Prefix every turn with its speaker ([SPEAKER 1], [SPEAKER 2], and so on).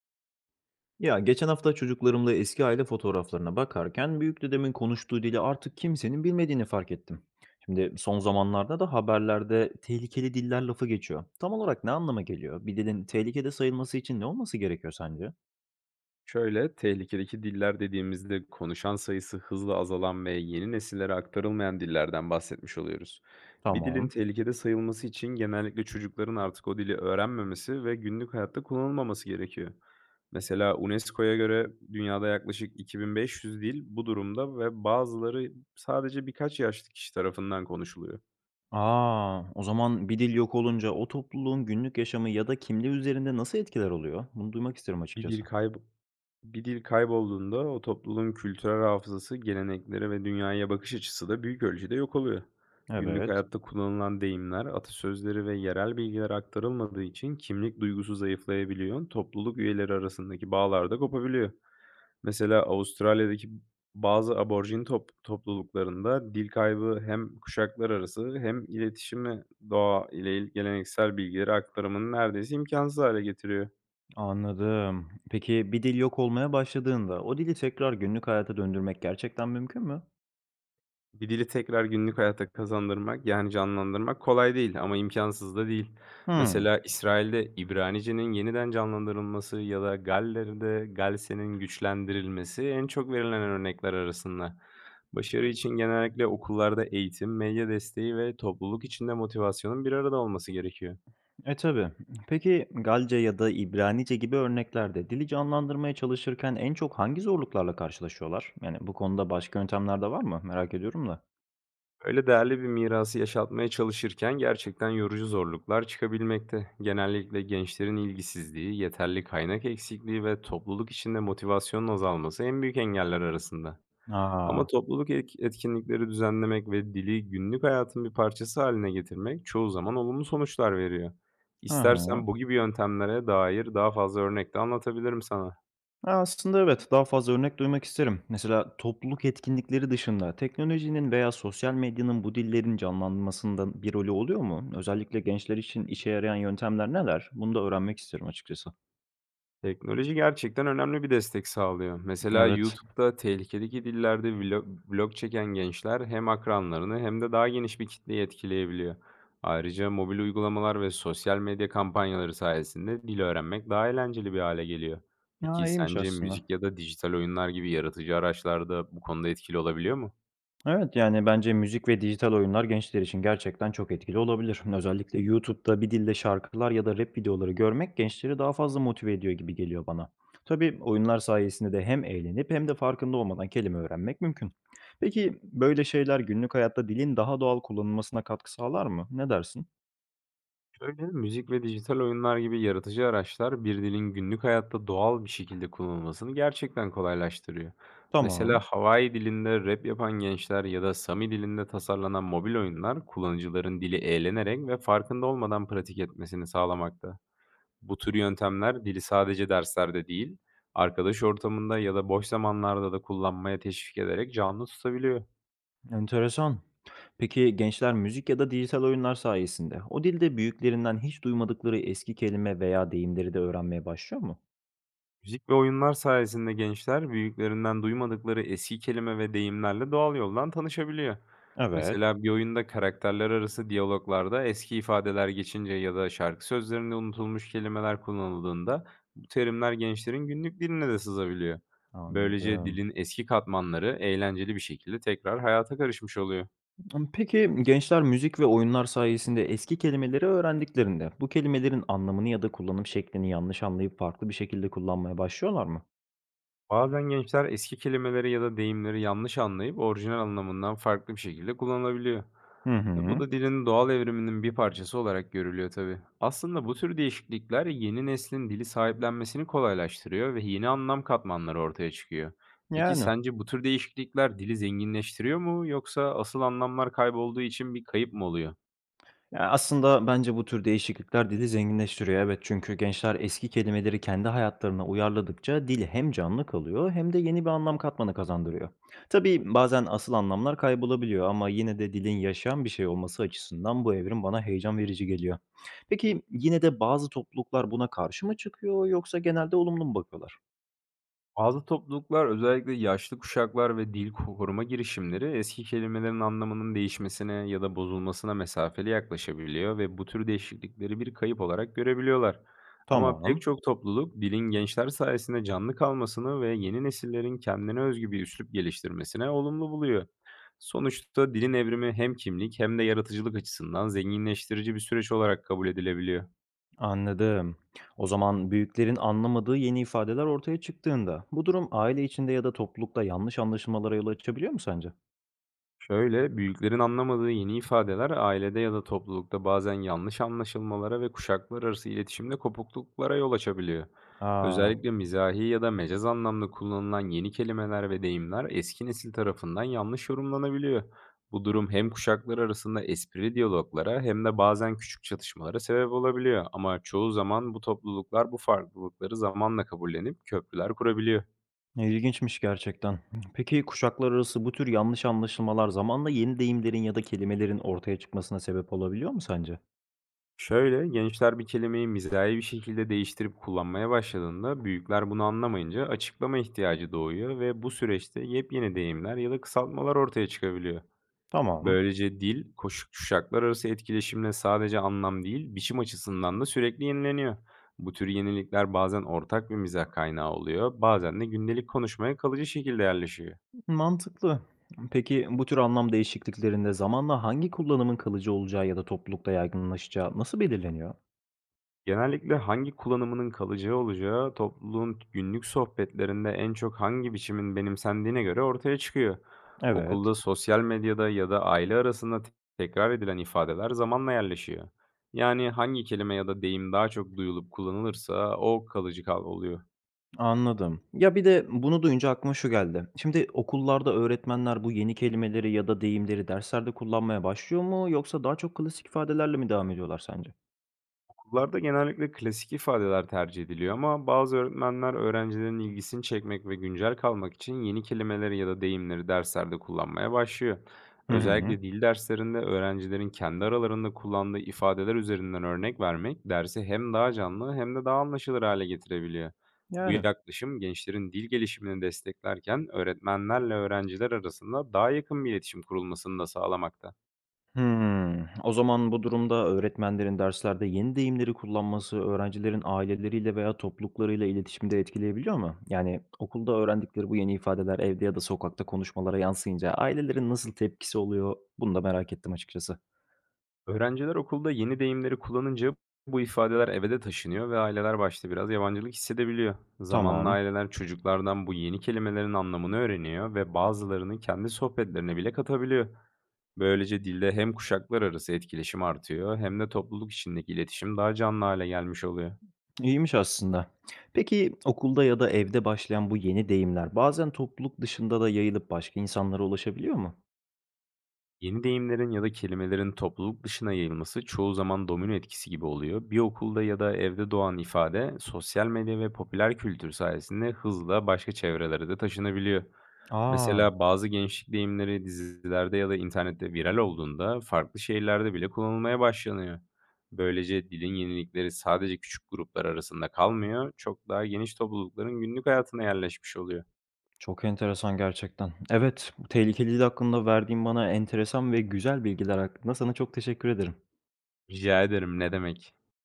[SPEAKER 1] Ya geçen hafta çocuklarımla eski aile fotoğraflarına bakarken büyük dedemin konuştuğu dili artık kimsenin bilmediğini fark ettim. Şimdi son zamanlarda da haberlerde tehlikeli diller lafı geçiyor. Tam olarak ne anlama geliyor? Bir dilin tehlikede sayılması için ne olması gerekiyor sence?
[SPEAKER 2] Şöyle, tehlikedeki diller dediğimizde konuşan sayısı hızla azalan ve yeni nesillere aktarılmayan dillerden bahsetmiş oluyoruz. Bir dilin
[SPEAKER 1] Tamam.
[SPEAKER 2] tehlikede sayılması için genellikle çocukların artık o dili öğrenmemesi ve günlük hayatta kullanılmaması gerekiyor. Mesela UNESCO'ya göre dünyada yaklaşık 2500 dil bu durumda ve bazıları sadece birkaç yaşlı kişi tarafından konuşuluyor.
[SPEAKER 1] Aa, o zaman bir dil yok olunca o topluluğun günlük yaşamı ya da kimliği üzerinde nasıl etkiler oluyor? Bunu duymak isterim
[SPEAKER 2] Bir dil
[SPEAKER 1] açıkçası.
[SPEAKER 2] kayb bir dil kaybolduğunda o topluluğun kültürel hafızası, gelenekleri ve dünyaya bakış açısı da büyük ölçüde yok oluyor. Günlük
[SPEAKER 1] Evet,
[SPEAKER 2] hayatta kullanılan deyimler, atasözleri ve yerel bilgiler aktarılmadığı için kimlik duygusu zayıflayabiliyor, topluluk üyeleri arasındaki bağlar da kopabiliyor. Mesela Avustralya'daki bazı aborjin topluluklarında dil kaybı hem kuşaklar arası hem iletişimi, doğa ile geleneksel bilgileri aktarımını neredeyse imkansız hale getiriyor.
[SPEAKER 1] anladım. Peki bir dil yok olmaya başladığında o dili tekrar günlük hayata döndürmek gerçekten mümkün mü?
[SPEAKER 2] Bir dili tekrar günlük hayata kazandırmak, yani canlandırmak kolay değil ama imkansız da değil.
[SPEAKER 1] Hmm.
[SPEAKER 2] Mesela İsrail'de İbranice'nin yeniden canlandırılması ya da Galler'de Galse'nin güçlendirilmesi en çok verilen örnekler arasında. Başarı için genellikle okullarda eğitim, medya desteği ve topluluk içinde motivasyonun bir arada olması gerekiyor.
[SPEAKER 1] E tabii. Peki Galce ya da İbranice gibi örneklerde dili canlandırmaya çalışırken en çok hangi zorluklarla karşılaşıyorlar? Yani bu konuda başka yöntemler de var mı? Merak ediyorum da.
[SPEAKER 2] Öyle değerli bir mirası yaşatmaya çalışırken gerçekten yorucu zorluklar çıkabilmekte. Genellikle gençlerin ilgisizliği, yeterli kaynak eksikliği ve topluluk içinde motivasyonun azalması en büyük engeller arasında.
[SPEAKER 1] Aa,
[SPEAKER 2] Ama topluluk etkinlikleri düzenlemek ve dili günlük hayatın bir parçası haline getirmek çoğu zaman olumlu sonuçlar veriyor.
[SPEAKER 1] hı hı.
[SPEAKER 2] İstersen bu gibi yöntemlere dair daha fazla örnek de anlatabilirim sana.
[SPEAKER 1] Aslında evet daha fazla örnek duymak isterim. Mesela topluluk etkinlikleri dışında teknolojinin veya sosyal medyanın bu dillerin canlanmasında bir rolü oluyor mu? Özellikle gençler için işe yarayan yöntemler neler? Bunu da öğrenmek isterim açıkçası.
[SPEAKER 2] Teknoloji gerçekten önemli bir destek sağlıyor. Mesela
[SPEAKER 1] Evet.
[SPEAKER 2] YouTube'da tehlikedeki dillerde vlog çeken gençler hem akranlarını hem de daha geniş bir kitleyi etkileyebiliyor. Ayrıca mobil uygulamalar ve sosyal medya kampanyaları sayesinde dil öğrenmek daha eğlenceli bir hale geliyor.
[SPEAKER 1] Ya
[SPEAKER 2] Peki
[SPEAKER 1] iyiymiş
[SPEAKER 2] sence
[SPEAKER 1] aslında.
[SPEAKER 2] müzik ya da dijital oyunlar gibi yaratıcı araçlar da bu konuda etkili olabiliyor mu?
[SPEAKER 1] Evet, yani bence müzik ve dijital oyunlar gençler için gerçekten çok etkili olabilir. Özellikle YouTube'da bir dilde şarkılar ya da rap videoları görmek gençleri daha fazla motive ediyor gibi geliyor bana. Tabii oyunlar sayesinde de hem eğlenip hem de farkında olmadan kelime öğrenmek mümkün. Peki böyle şeyler günlük hayatta dilin daha doğal kullanılmasına katkı sağlar mı? Ne dersin?
[SPEAKER 2] Şöyle, müzik ve dijital oyunlar gibi yaratıcı araçlar bir dilin günlük hayatta doğal bir şekilde kullanılmasını gerçekten kolaylaştırıyor. Mesela
[SPEAKER 1] Tamam,
[SPEAKER 2] Hawaii dilinde rap yapan gençler ya da Sami dilinde tasarlanan mobil oyunlar kullanıcıların dili eğlenerek ve farkında olmadan pratik etmesini sağlamakta. Bu tür yöntemler dili sadece derslerde değil, arkadaş ortamında ya da boş zamanlarda da kullanmaya teşvik ederek canlı tutabiliyor.
[SPEAKER 1] enteresan. Peki gençler müzik ya da dijital oyunlar sayesinde o dilde büyüklerinden hiç duymadıkları eski kelime veya deyimleri de öğrenmeye başlıyor mu?
[SPEAKER 2] Müzik ve oyunlar sayesinde gençler büyüklerinden duymadıkları eski kelime ve deyimlerle doğal yoldan tanışabiliyor.
[SPEAKER 1] Evet.
[SPEAKER 2] Mesela bir oyunda karakterler arası diyaloglarda eski ifadeler geçince ya da şarkı sözlerinde unutulmuş kelimeler kullanıldığında bu terimler gençlerin günlük diline de sızabiliyor. Böylece
[SPEAKER 1] Anladım.
[SPEAKER 2] dilin eski katmanları eğlenceli bir şekilde tekrar hayata karışmış oluyor.
[SPEAKER 1] Imm, peki gençler müzik ve oyunlar sayesinde eski kelimeleri öğrendiklerinde bu kelimelerin anlamını ya da kullanım şeklini yanlış anlayıp farklı bir şekilde kullanmaya başlıyorlar mı?
[SPEAKER 2] Bazen gençler eski kelimeleri ya da deyimleri yanlış anlayıp orijinal anlamından farklı bir şekilde kullanılabiliyor.
[SPEAKER 1] Hı
[SPEAKER 2] Bu
[SPEAKER 1] hı.
[SPEAKER 2] da dilin doğal evriminin bir parçası olarak görülüyor tabii. Aslında bu tür değişiklikler yeni neslin dili sahiplenmesini kolaylaştırıyor ve yeni anlam katmanları ortaya çıkıyor. Peki
[SPEAKER 1] Yani.
[SPEAKER 2] sence bu tür değişiklikler dili zenginleştiriyor mu yoksa asıl anlamlar kaybolduğu için bir kayıp mı oluyor?
[SPEAKER 1] Ya, aslında bence bu tür değişiklikler dili zenginleştiriyor. Evet, çünkü gençler eski kelimeleri kendi hayatlarına uyarladıkça dil hem canlı kalıyor hem de yeni bir anlam katmanı kazandırıyor. Tabii bazen asıl anlamlar kaybolabiliyor ama yine de dilin yaşayan bir şey olması açısından bu evrim bana heyecan verici geliyor. Peki yine de bazı topluluklar buna karşı mı çıkıyor yoksa genelde olumlu mu bakıyorlar?
[SPEAKER 2] Bazı topluluklar, özellikle yaşlı kuşaklar ve dil koruma girişimleri, eski kelimelerin anlamının değişmesine ya da bozulmasına mesafeli yaklaşabiliyor ve bu tür değişiklikleri bir kayıp olarak görebiliyorlar. Ama pek
[SPEAKER 1] Tamam.
[SPEAKER 2] çok topluluk dilin gençler sayesinde canlı kalmasını ve yeni nesillerin kendine özgü bir üslup geliştirmesine olumlu buluyor. Sonuçta dilin evrimi hem kimlik hem de yaratıcılık açısından zenginleştirici bir süreç olarak kabul edilebiliyor.
[SPEAKER 1] Anladım. O zaman büyüklerin anlamadığı yeni ifadeler ortaya çıktığında bu durum aile içinde ya da toplulukta yanlış anlaşılmalara yol açabiliyor mu sence?
[SPEAKER 2] Şöyle, büyüklerin anlamadığı yeni ifadeler ailede ya da toplulukta bazen yanlış anlaşılmalara ve kuşaklar arası iletişimde kopukluklara yol açabiliyor.
[SPEAKER 1] Aa,
[SPEAKER 2] Özellikle mizahi ya da mecaz anlamda kullanılan yeni kelimeler ve deyimler eski nesil tarafından yanlış yorumlanabiliyor. Bu durum hem kuşaklar arasında espri diyaloglara hem de bazen küçük çatışmalara sebep olabiliyor. Ama çoğu zaman bu topluluklar bu farklılıkları zamanla kabullenip köprüler kurabiliyor.
[SPEAKER 1] ilginçmiş gerçekten. Peki kuşaklar arası bu tür yanlış anlaşılmalar zamanla yeni deyimlerin ya da kelimelerin ortaya çıkmasına sebep olabiliyor mu sence?
[SPEAKER 2] Şöyle, gençler bir kelimeyi mizahi bir şekilde değiştirip kullanmaya başladığında büyükler bunu anlamayınca açıklama ihtiyacı doğuyor ve bu süreçte yepyeni deyimler ya da kısaltmalar ortaya çıkabiliyor.
[SPEAKER 1] Tamam,
[SPEAKER 2] Böylece dil, kuşaklar arası etkileşimle sadece anlam değil, biçim açısından da sürekli yenileniyor. Bu tür yenilikler bazen ortak bir mizah kaynağı oluyor, bazen de gündelik konuşmaya kalıcı şekilde yerleşiyor.
[SPEAKER 1] mantıklı. Peki bu tür anlam değişikliklerinde zamanla hangi kullanımın kalıcı olacağı ya da toplulukta yaygınlaşacağı nasıl belirleniyor?
[SPEAKER 2] Genellikle hangi kullanımının kalıcı olacağı, topluluğun günlük sohbetlerinde en çok hangi biçimin benimsendiğine göre ortaya çıkıyor.
[SPEAKER 1] Evet.
[SPEAKER 2] Okulda, sosyal medyada ya da aile arasında tekrar edilen ifadeler zamanla yerleşiyor. Yani hangi kelime ya da deyim daha çok duyulup kullanılırsa o kalıcı oluyor.
[SPEAKER 1] Anladım. Ya, bir de bunu duyunca aklıma şu geldi. Şimdi okullarda öğretmenler bu yeni kelimeleri ya da deyimleri derslerde kullanmaya başlıyor mu yoksa daha çok klasik ifadelerle mi devam ediyorlar sence?
[SPEAKER 2] Okullarda genellikle klasik ifadeler tercih ediliyor ama bazı öğretmenler öğrencilerin ilgisini çekmek ve güncel kalmak için yeni kelimeleri ya da deyimleri derslerde kullanmaya başlıyor.
[SPEAKER 1] Hı hı.
[SPEAKER 2] Özellikle dil derslerinde öğrencilerin kendi aralarında kullandığı ifadeler üzerinden örnek vermek dersi hem daha canlı hem de daha anlaşılır hale getirebiliyor. Bu
[SPEAKER 1] Yani.
[SPEAKER 2] yaklaşım gençlerin dil gelişimini desteklerken öğretmenlerle öğrenciler arasında daha yakın bir iletişim kurulmasını da sağlamakta.
[SPEAKER 1] Hımm. O zaman bu durumda öğretmenlerin derslerde yeni deyimleri kullanması öğrencilerin aileleriyle veya topluluklarıyla iletişimde etkileyebiliyor mu? Yani okulda öğrendikleri bu yeni ifadeler evde ya da sokakta konuşmalara yansıyınca ailelerin nasıl tepkisi oluyor? Bunu da merak ettim açıkçası.
[SPEAKER 2] Öğrenciler okulda yeni deyimleri kullanınca bu ifadeler eve de taşınıyor ve aileler başta biraz yabancılık hissedebiliyor. Zamanla
[SPEAKER 1] Tamam.
[SPEAKER 2] aileler çocuklardan bu yeni kelimelerin anlamını öğreniyor ve bazılarını kendi sohbetlerine bile katabiliyor. Böylece dilde hem kuşaklar arası etkileşim artıyor hem de topluluk içindeki iletişim daha canlı hale gelmiş oluyor.
[SPEAKER 1] İyiymiş aslında. Peki okulda ya da evde başlayan bu yeni deyimler bazen topluluk dışında da yayılıp başka insanlara ulaşabiliyor mu?
[SPEAKER 2] Yeni deyimlerin ya da kelimelerin topluluk dışına yayılması çoğu zaman domino etkisi gibi oluyor. Bir okulda ya da evde doğan ifade sosyal medya ve popüler kültür sayesinde hızla başka çevrelere de taşınabiliyor.
[SPEAKER 1] Aa,
[SPEAKER 2] Mesela bazı gençlik deyimleri dizilerde ya da internette viral olduğunda farklı şehirlerde bile kullanılmaya başlanıyor. Böylece dilin yenilikleri sadece küçük gruplar arasında kalmıyor, çok daha geniş toplulukların günlük hayatına yerleşmiş oluyor.
[SPEAKER 1] çok enteresan gerçekten. Evet, bu tehlikeliliği hakkında verdiğin bana enteresan ve güzel bilgiler hakkında sana çok teşekkür ederim.
[SPEAKER 2] Rica ederim, ne demek?